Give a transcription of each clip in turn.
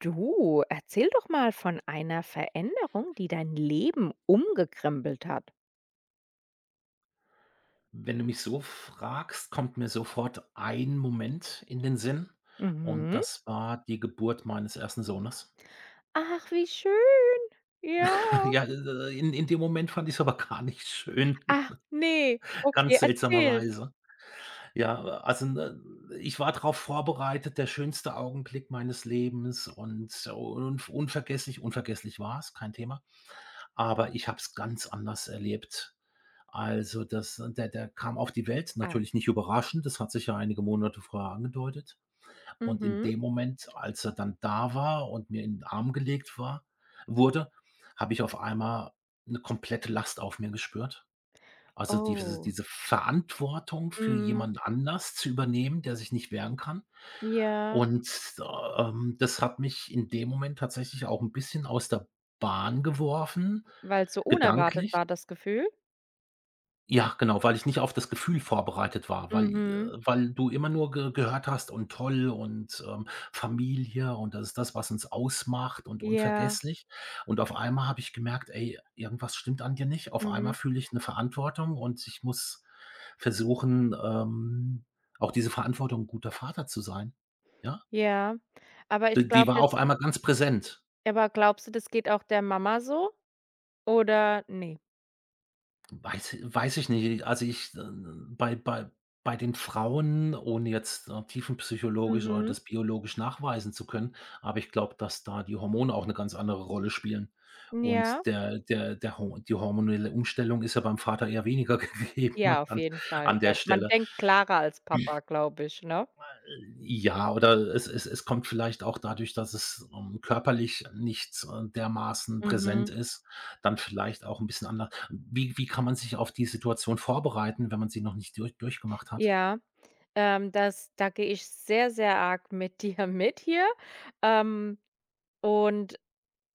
Du, erzähl doch mal von einer Veränderung, die dein Leben umgekrempelt hat. Wenn du mich so fragst, kommt mir sofort ein Moment in den Sinn und Mhm. das war die Geburt meines ersten Sohnes. Ach, wie schön. Ja. Ja, in dem Moment fand ich es aber gar nicht schön, Ach, nee, ganz okay, erzähl. seltsamerweise. Ja, also, ne, ich war darauf vorbereitet, der schönste Augenblick meines Lebens und so unvergesslich war es, kein Thema, aber ich habe es ganz anders erlebt. Also, das der der kam auf die Welt, Ah. natürlich nicht überraschend, das hat sich ja einige Monate vorher angedeutet. Und in Mhm. dem Moment, als er dann da war und mir in den Arm gelegt war wurde, habe ich auf einmal 'ne komplette Last auf mir gespürt. Also, diese Oh. diese Verantwortung für Mhm. jemand anders zu übernehmen, der sich nicht wehren kann. Ja. Und, das hat mich in dem Moment tatsächlich auch 'n bisschen aus der Bahn geworfen, Weil's so unerwartet gedanklich. war, das Gefühl? Ja, genau, weil ich nicht auf das Gefühl vorbereitet war, weil äh, Mhm. weil du immer nur ge gehört hast und toll und, Familie und das ist das, was uns ausmacht und Ja. unvergesslich. Und auf einmal habe ich gemerkt: „Ey, irgendwas stimmt an dir nicht." Auf einmal Mhm. fühle ich eine Verantwortung und ich muss versuchen, auch diese Verantwortung 'n guter Vater zu sein, ja? Ja. Aber ich D die glaube, war das auf einmal ganz präsent. aber glaubst du, das geht auch der Mama so oder nee? Weiß ich nicht. Also, bei bei bei den Frauen, ohne jetzt, tiefenpsychologisch oder Mhm. das biologisch nachweisen zu können, aber ich glaube, dass da die Hormone auch eine ganz andere Rolle spielen. Und Ja. der der der Ho die hormonelle Umstellung ist ja beim Vater eher weniger gegeben Ja, auf an jeden Fall. an der Ja, man Stelle. denkt klarer als Papa, glaube ich, ne? Ja, oder es kommt vielleicht auch dadurch, dass es, körperlich nicht, dermaßen präsent Mhm. ist, dann vielleicht auch ein bisschen anders. Wie kann man sich auf die Situation vorbereiten, wenn man sie noch nicht durchgemacht hat? Ja, das da gehe ich sehr, sehr arg mit dir mit hier. Ähm, und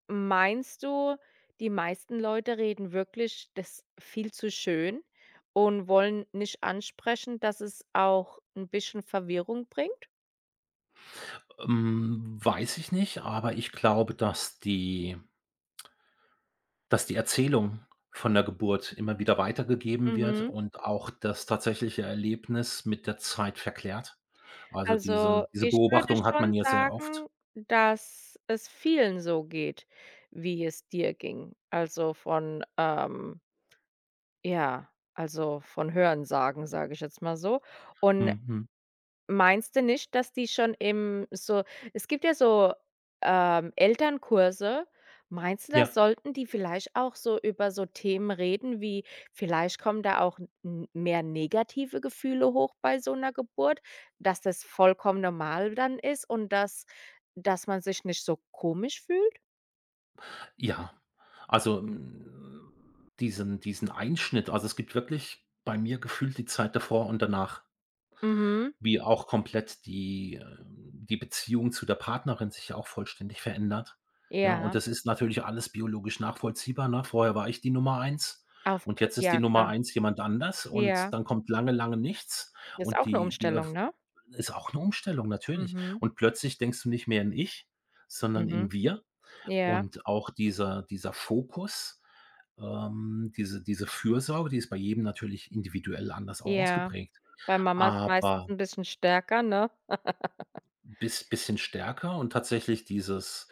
meinst du, die meisten Leute reden wirklich das viel zu schön und wollen nicht ansprechen, dass es auch ein bisschen Verwirrung bringt? Hm, weiß ich nicht, aber ich glaube, dass die Erzählung von der Geburt immer wieder weitergegeben wird Mhm. und auch das tatsächliche Erlebnis mit der Zeit verklärt. Also, Also, diese ich würde Beobachtung hat man schon ja sehr oft. sagen, dass es vielen so geht, wie es dir ging. Also, ja, also, von Hörensagen, sage ich jetzt mal so. Und Mhm, mhm. meinst du nicht, dass die schon im so es gibt ja so, Elternkurse. Meinst du, da Ja. sollten die vielleicht auch so über so Themen reden wie vielleicht kommen da auch n mehr negative Gefühle hoch bei so 'ner Geburt, dass das vollkommen normal dann ist und dass dass man sich nicht so komisch fühlt? Ja, also, diesen Einschnitt also, es gibt wirklich bei mir gefühlt die Zeit davor und danach, Mhm, wie auch komplett die Beziehung zu der Partnerin sich ja auch vollständig verändert. Ja, und ja, das ist natürlich alles biologisch nachvollziehbar, ne? Vorher war ich die Nummer eins auf und k jetzt ist die ja klar. Nummer eins jemand anders und Ja, dann kommt lange, lange nichts ist und auch 'ne die Umstellung, ne? ist auch eine Umstellung, natürlich. Mhm, Und plötzlich denkst du nicht mehr in „ich", sondern mhm, in „wir". ja, Und auch dieser Fokus, diese Fürsorge, die ist bei jedem natürlich individuell anders ja. ausgeprägt, Bei Mama ist meistens aber 'n bisschen stärker, ne? bisschen stärker und tatsächlich dieses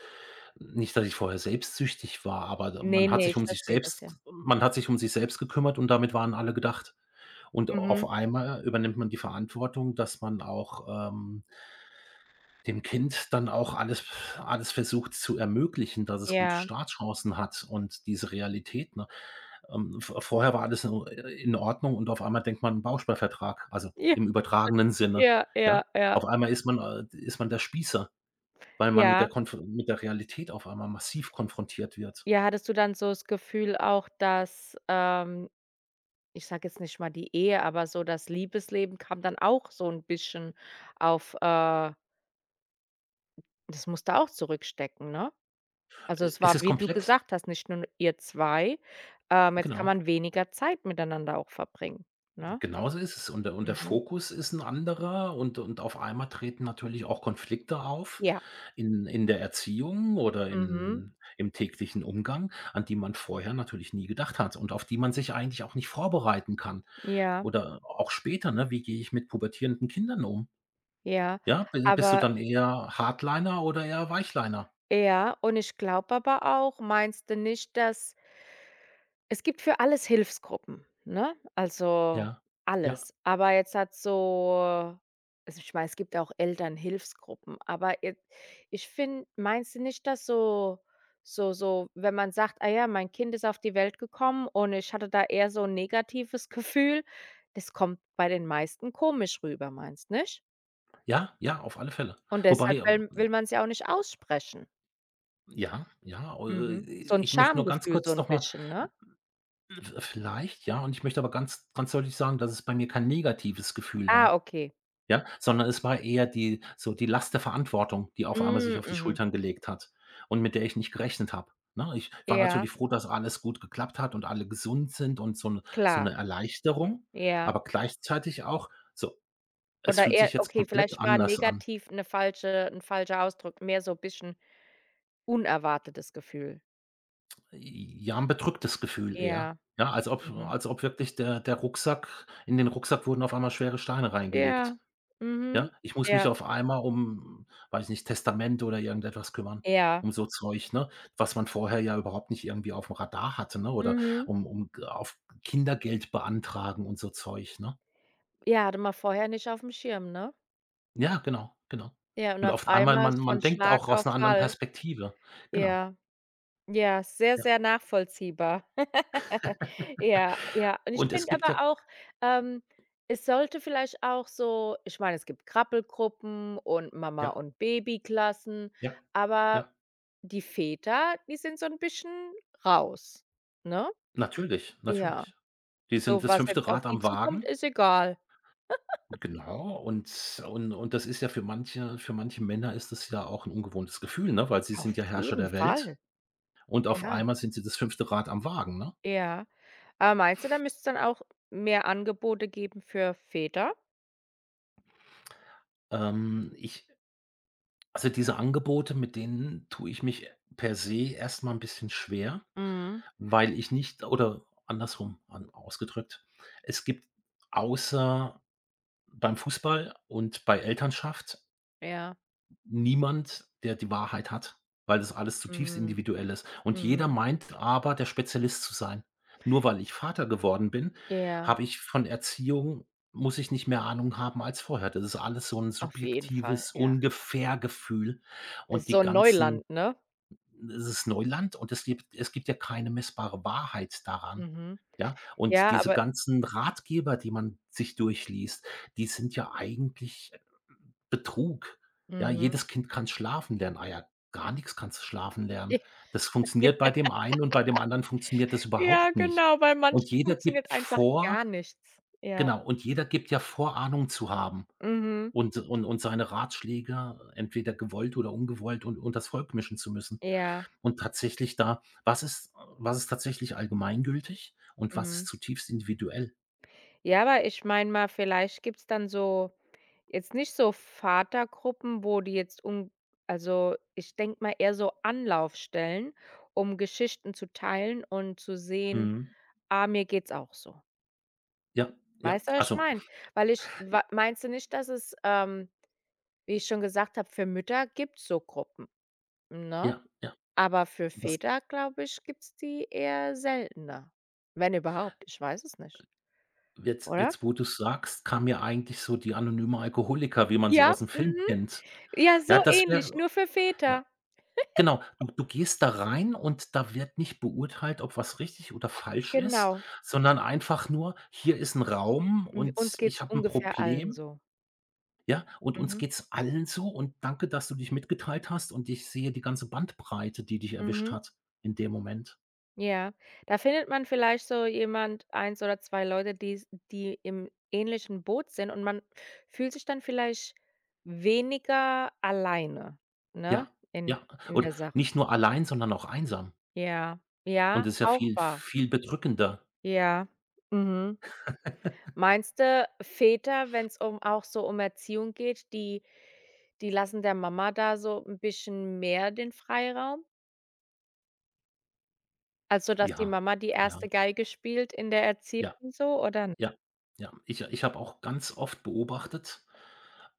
nicht, dass ich vorher selbstsüchtig war, aber d Ne, ne, ich verstehe das, ja. man hat sich um sich selbst gekümmert und damit waren alle gedacht. Und auf Mhm. einmal übernimmt man die Verantwortung, dass man auch, dem Kind dann auch alles versucht zu ermöglichen, dass es gute Ja. Startchancen hat und diese Realität, ne? V vorher war alles in Ordnung und auf einmal denkt man 'n Bausparvertrag, also Ja, im übertragenen Sinne, ja, ja, ja? ja. Auf einmal ist man der Spießer, weil man mit der Ja. konf mit der Realität auf einmal massiv konfrontiert wird. Ja, hattest du dann so das Gefühl auch, dass, ich sage jetzt nicht mal die Ehe, aber so das Liebesleben kam dann auch so 'n bisschen auf, das musst du auch zurückstecken, ne? Also, es Es war, ist wie du komplett gesagt hast, nicht nur ihr 2. Jetzt kann genau, man weniger Zeit miteinander auch verbringen, ne? genauso ist es und der Mhm. Fokus ist ein anderer und auf einmal treten natürlich auch Konflikte auf Ja. in der Erziehung oder Mhm. in im täglichen Umgang, an die man vorher natürlich nie gedacht hat und auf die man sich eigentlich auch nicht vorbereiten kann. Ja, Oder auch später, ne? Wie gehe ich mit pubertierenden Kindern um? ja. Ja, bi bist du Aber dann eher Hardliner oder eher Weichliner? ja, und ich glaube aber auch, meinst du nicht, dass es gibt für alles Hilfsgruppen, ne? Also, Ja, ja, alles. Aber jetzt hat so also, ich meine, es gibt auch Elternhilfsgruppen, aber jet ich finde meinst du nicht, dass so so so wenn man sagt: „Ah ja, mein Kind ist auf die Welt gekommen und ich hatte da eher so ein negatives Gefühl“, das kommt bei den meisten komisch rüber, meinst nicht? ja, ja, auf alle Fälle. Und Wobei, deshalb will man es ja auch nicht aussprechen. ja, ja, Mhm. So 'n ich möchte nur ganz Schamgefühl so kurz 'n noch mal bisschen, ne? vielleicht, ja, und ich möchte aber ganz ganz deutlich sagen, dass es bei mir kein negatives Gefühl Ah, war. okay. Ja, sondern es war eher die so die Last der Verantwortung, die auf einmal sich Hm, auf die mhm. Schultern gelegt hat und mit der ich nicht gerechnet habe, ne? Ich war Ja, natürlich froh, dass alles gut geklappt hat und alle gesund sind und so 'n so klar, 'ne Erleichterung, ja. aber gleichzeitig auch so: „Es Oder fühlt eher sich jetzt okay, komplett vielleicht war anders an." negativ 'ne falsche 'n falscher Ausdruck, mehr so bisschen unerwartetes Gefühl. Ja, 'n bedrücktes Gefühl eher, Ja, ja, als ob mhm. als ob wirklich der der Rucksack in den Rucksack wurden auf einmal schwere Steine reingelegt. Ja, Ja, mhm. ich muss mich Ja, auf einmal um, weiß nicht, Testament oder irgendetwas kümmern, ja, um so Zeug, ne? Was man vorher ja überhaupt nicht irgendwie aufm Radar hatte, ne? Oder mhm. um um g auf Kindergeld beantragen und so Zeug, ne? Ja, hatte man vorher nicht aufm Schirm, ne? Ja, genau, genau. Ja, und Und auf auf einmal einmal man ist man von denkt auch Schlag aus auf 'ner anderen Fall. Perspektive. Genau, Ja. Ja, sehr, ja. sehr nachvollziehbar. Ja, ja. Und ich Und es finde gibt aber ja auch, ähm, es sollte vielleicht auch so ich meine, es gibt Krabbelgruppen und Mama ja, und Babyklassen, ja, aber ja, die Väter, die sind so ein bisschen raus, ne? natürlich, Ja. natürlich. Die sind So, das was fünfte jetzt auf Rad die am zukommt, Wagen. ist egal. Genau, und und das ist ja für manche Männer ist das ja auch ein ungewohntes Gefühl, ne, weil sie sind Auf ja Herrscher jeden der Welt Fall. und auf Ja, einmal sind sie das fünfte Rad am Wagen, ne? ja. Aber meinst du, da müsst's dann auch mehr Angebote geben für Väter? Ich also, diese Angebote, mit denen tue ich mich per se erst mal 'n bisschen schwer, Mhm. weil ich nicht oder andersrum an ausgedrückt, es gibt außer beim Fußball und bei Elternschaft Ja. niemand, der die Wahrheit hat, weil das alles zutiefst Mhm. individuell ist. Und jeder Mhm. meint aber, der Spezialist zu sein. Nur weil ich Vater geworden bin, Ja, habe ich von Erziehung muss ich nicht mehr Ahnung haben als vorher. Das ist alles so 'n auf jeden Fall, subjektives ja. Ungefährgefühl. und Ist die so 'n ganzen Neuland, ne? es ist Neuland und es gibt ja keine messbare Wahrheit daran, Mhm. ja? Und Ja, diese aber ganzen Ratgeber, die man sich durchliest, die sind ja eigentlich Betrug. Ja, mhm. jedes Kind kann schlafen lernen. Ah ja, gar nichts kannst du schlafen lernen. J Das funktioniert bei dem einen und bei dem anderen funktioniert das ja, überhaupt nicht. genau, bei Und manchen jeder gibt funktioniert einfach vor gar nichts. Ja, genau, und jeder gibt ja vor, Ahnung zu haben mhm, und und seine Ratschläge entweder gewollt oder ungewollt und unters Volk mischen zu müssen. ja, Und tatsächlich da was ist tatsächlich allgemeingültig und was ist mhm. zutiefst individuell? Ja, aber ich meine mal, vielleicht gibt's dann so jetzt nicht so Vatergruppen, wo die jetzt um also, ich denke mal eher so Anlaufstellen, um Geschichten zu teilen und zu sehen: Mhm. „Ah, mir geht's auch so.“ Ja, ja, Weißt du, was ich also meine? Weil ich wa meinst du nicht, dass es, wie ich schon gesagt habe, für Mütter gibt's so Gruppen, ne? ja, ja. Aber für Was Väter, glaube ich, gibt's die eher seltener. Wenn überhaupt, ich weiß es nicht, Jetzt oder? jetzt, wo du sagst, kam mir eigentlich so die anonyme Alkoholiker, wie man sie Ja, aus dem Film mhm. kennt. Ja, Ja, so das ähnlich, wäre nur für ja, Väter. genau. Du gehst da rein und da wird nicht beurteilt, ob was richtig oder falsch ist, Genau. sondern einfach nur: „Hier ist ein Raum W und uns ich geht's habe ein ungefähr allen Problem, so. ja, und uns Mhm, geht's allen so und danke, dass du dich mitgeteilt hast und ich sehe die ganze Bandbreite, die dich erwischt mhm, hat in dem Moment." ja. Da findet man vielleicht so jemand eins oder 2 Leute, die's die im ähnlichen Boot sind und man fühlt sich dann vielleicht weniger alleine, ne, Ja, ja. in Und der Sache. nicht nur allein, sondern auch einsam. Ja, ja, Und das ist ja auch viel wahr. viel bedrückender. Ja, mhm. Meinst du, Väter, wenn es um auch so um Erziehung geht, die die lassen der Mama da so ein bisschen mehr den Freiraum? Also, dass die Ja, Mama die ja, erste Geige spielt in der Erziehung ja, so oder n ja, ja. Ich habe auch ganz oft beobachtet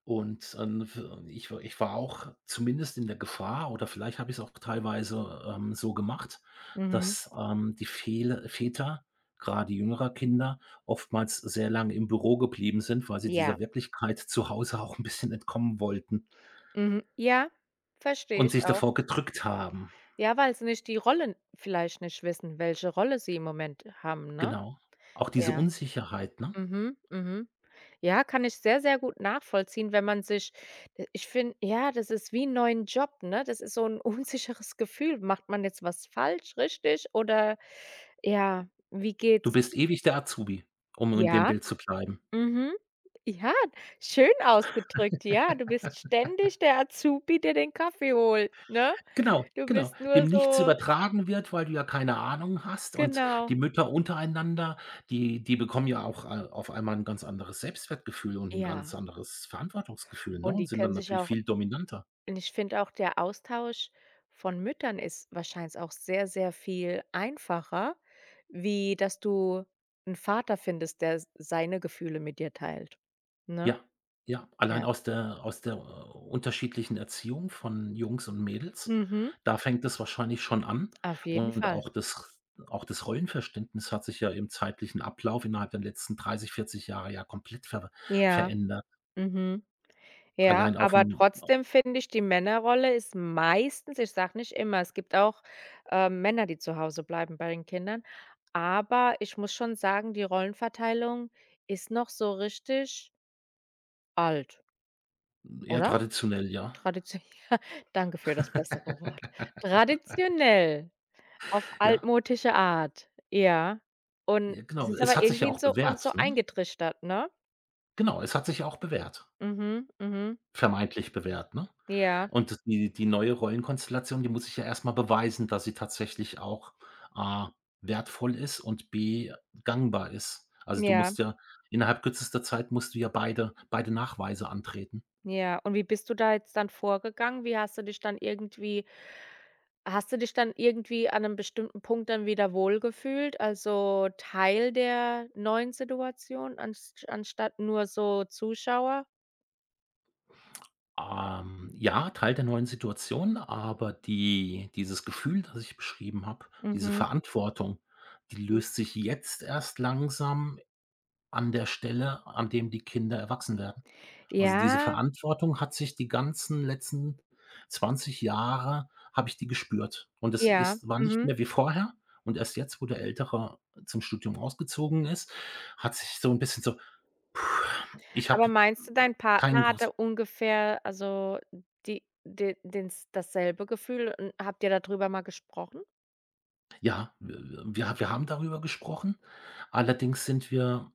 und, w ich war auch zumindest in der Gefahr oder vielleicht habe ich's auch teilweise, so gemacht, mhm. dass, die Fehl Väter, gerade jüngerer Kinder, oftmals sehr lange im Büro geblieben sind, weil sie Ja. dieser Wirklichkeit zu Hause auch ein bisschen entkommen wollten Mhm. Ja, verstehe und ich sich auch. davor gedrückt haben. Ja, weil sie nicht die Rollen vielleicht nicht wissen, welche Rolle sie im Moment haben, ne? Genau. Auch diese Ja. Unsicherheit, ne? Mhm, mhm. Ja, kann ich sehr, sehr gut nachvollziehen, wenn man sich ich finde, ja, das ist wie 'n neuen Job, ne? Das ist so ein unsicheres Gefühl. Macht man jetzt was falsch, richtig oder ja, wie Du geht's bist ewig der Azubi, um in dem ja, Bild zu bleiben. mhm. Ja, schön ausgedrückt. Ja, du bist ständig der Azubi, der den Kaffee holt, ne? Genau, Du genau, bist dem nur nichts so übertragen wird, weil du ja keine Ahnung hast und genau. die Mütter untereinander, die die bekommen ja auch a auf einmal ein ganz anderes Selbstwertgefühl und ein ganz Ja, anderes Verantwortungsgefühl, ne, und und die sind dann können sich natürlich auch viel dominanter. und ich finde auch, der Austausch von Müttern ist wahrscheinlich auch sehr, sehr viel einfacher, wie dass du einen Vater findest, der s seine Gefühle mit dir teilt, ne? Ja, ja, allein Ja. aus der unterschiedlichen Erziehung von Jungs und Mädels, Mhm. da fängt es wahrscheinlich schon an Auf jeden und Fall. auch das Rollenverständnis hat sich ja im zeitlichen Ablauf innerhalb der letzten 30, 40 Jahre ja komplett ver Ja. verändert. Mhm. Ja, Allein aber aufm trotzdem finde ich, die Männerrolle ist meistens ich sage nicht immer, es gibt auch, Männer, die zu Hause bleiben bei den Kindern, aber ich muss schon sagen, die Rollenverteilung ist noch so richtig alt, Eher oder? traditionell, ja. Traditio ja, danke für das bessere Wort. Traditionell, auf Ja, altmodische Art, ja. Und ja, es genau. ist Es aber hat sich ja irgendwie auch so uns so bewährt, ne? eingetrichtert, ne? Genau, es hat sich ja auch bewährt, Mhm, mhm. vermeintlich bewährt, ne? Ja, Und das die neue Rollenkonstellation, die muss ich ja erst mal beweisen, dass sie tatsächlich auch A, wertvoll ist und B, gangbar ist. Also, du ja, musst ja innerhalb kürzester Zeit musst du ja beide Nachweise antreten. ja. Und wie bist du da jetzt dann vorgegangen? Wie hast du dich dann irgendwie hast du dich dann irgendwie an einem bestimmten Punkt dann wieder wohlgefühlt, also Teil der neuen Situation ans anstatt nur so Zuschauer? Ja, Teil der neuen Situation, aber dieses Gefühl, das ich beschrieben habe, diese Mhm. Verantwortung, die löst sich jetzt erst langsam an der Stelle, an dem die Kinder erwachsen werden. Also, diese Ja, Verantwortung hat sich die ganzen letzten 20 Jahre habe ich die gespürt. Und es ja, ist war nicht mhm. mehr wie vorher und erst jetzt, wo der Ältere zum Studium ausgezogen ist, hat sich so 'n bisschen so ich Aber habe meinst du, dein keinen Partner groß hatte ungefähr, also, die de dens dasselbe Gefühl? Und habt ihr darüber mal gesprochen? ja, w wir wir haben darüber gesprochen. Allerdings sind wir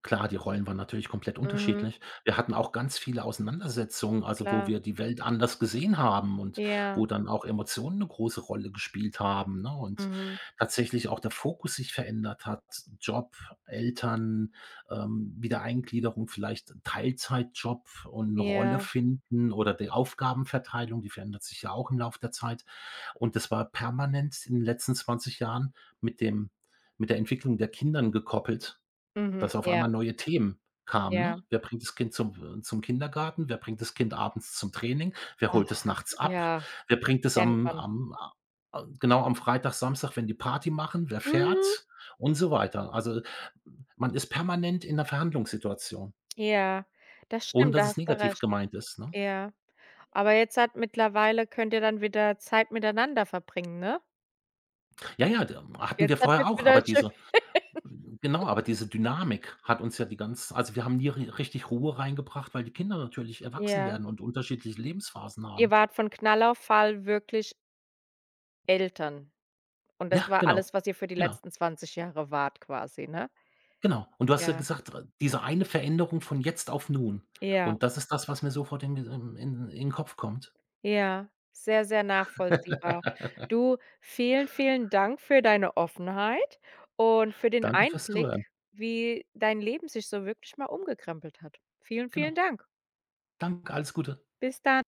Klar, die Rollen waren natürlich komplett Mhm, unterschiedlich. Wir hatten auch ganz viele Auseinandersetzungen, also wo klar. wir die Welt anders gesehen haben und Ja. wo dann auch Emotionen eine große Rolle gespielt haben, ne, und Mhm. tatsächlich auch der Fokus sich verändert hat. Job, Eltern, Wiedereingliederung, vielleicht Teilzeitjob und 'ne Rolle Ja. finden oder die Aufgabenverteilung, die verändert sich ja auch im Laufe der Zeit. Und das war permanent in den letzten 20 Jahren mit dem mit der Entwicklung der Kindern gekoppelt. Mhm. Dass auf Ja, einmal neue Themen kamen, ne? ja. Wer bringt das Kind zum Kindergarten? Wer bringt das Kind abends zum Training? Wer Ah, holt es nachts ab? ja, Wer bringt es kennt am man. am a genau, am Freitag, Samstag, wenn die Party machen? Wer Mhm. fährt? Und so weiter. Also, man ist permanent in der Verhandlungssituation, Ja, das ohne stimmt, dass da es hast du negativ recht. gemeint ist, ne? Ja. Aber jetzt hat mittlerweile könnt ihr dann wieder Zeit miteinander verbringen, ne? Ja, ja, d hatten wir Jetzt hat vorher wird's auch, aber wieder schön. diese genau, aber diese Dynamik hat uns ja die ganz also, wir haben nie ri richtig Ruhe reingebracht, weil die Kinder natürlich erwachsen Ja. werden und unterschiedliche Lebensphasen Ihr haben. wart von Knall auf Fall wirklich Eltern. Und Ja, das war genau. alles, was ihr für die Genau, letzten 20 Jahre wart quasi, ne? genau. Und du hast ja Ja, gesagt, diese eine Veränderung von jetzt auf nun. ja, Und das ist das, was mir sofort in Kopf kommt. ja, sehr, sehr nachvollziehbar. Du, vielen, vielen Dank für deine Offenheit und für den Danke fürs Einblick, Zuhören. wie dein Leben sich so wirklich mal umgekrempelt hat. Vielen, vielen Genau. Dank. Danke, alles Gute. Bis dann.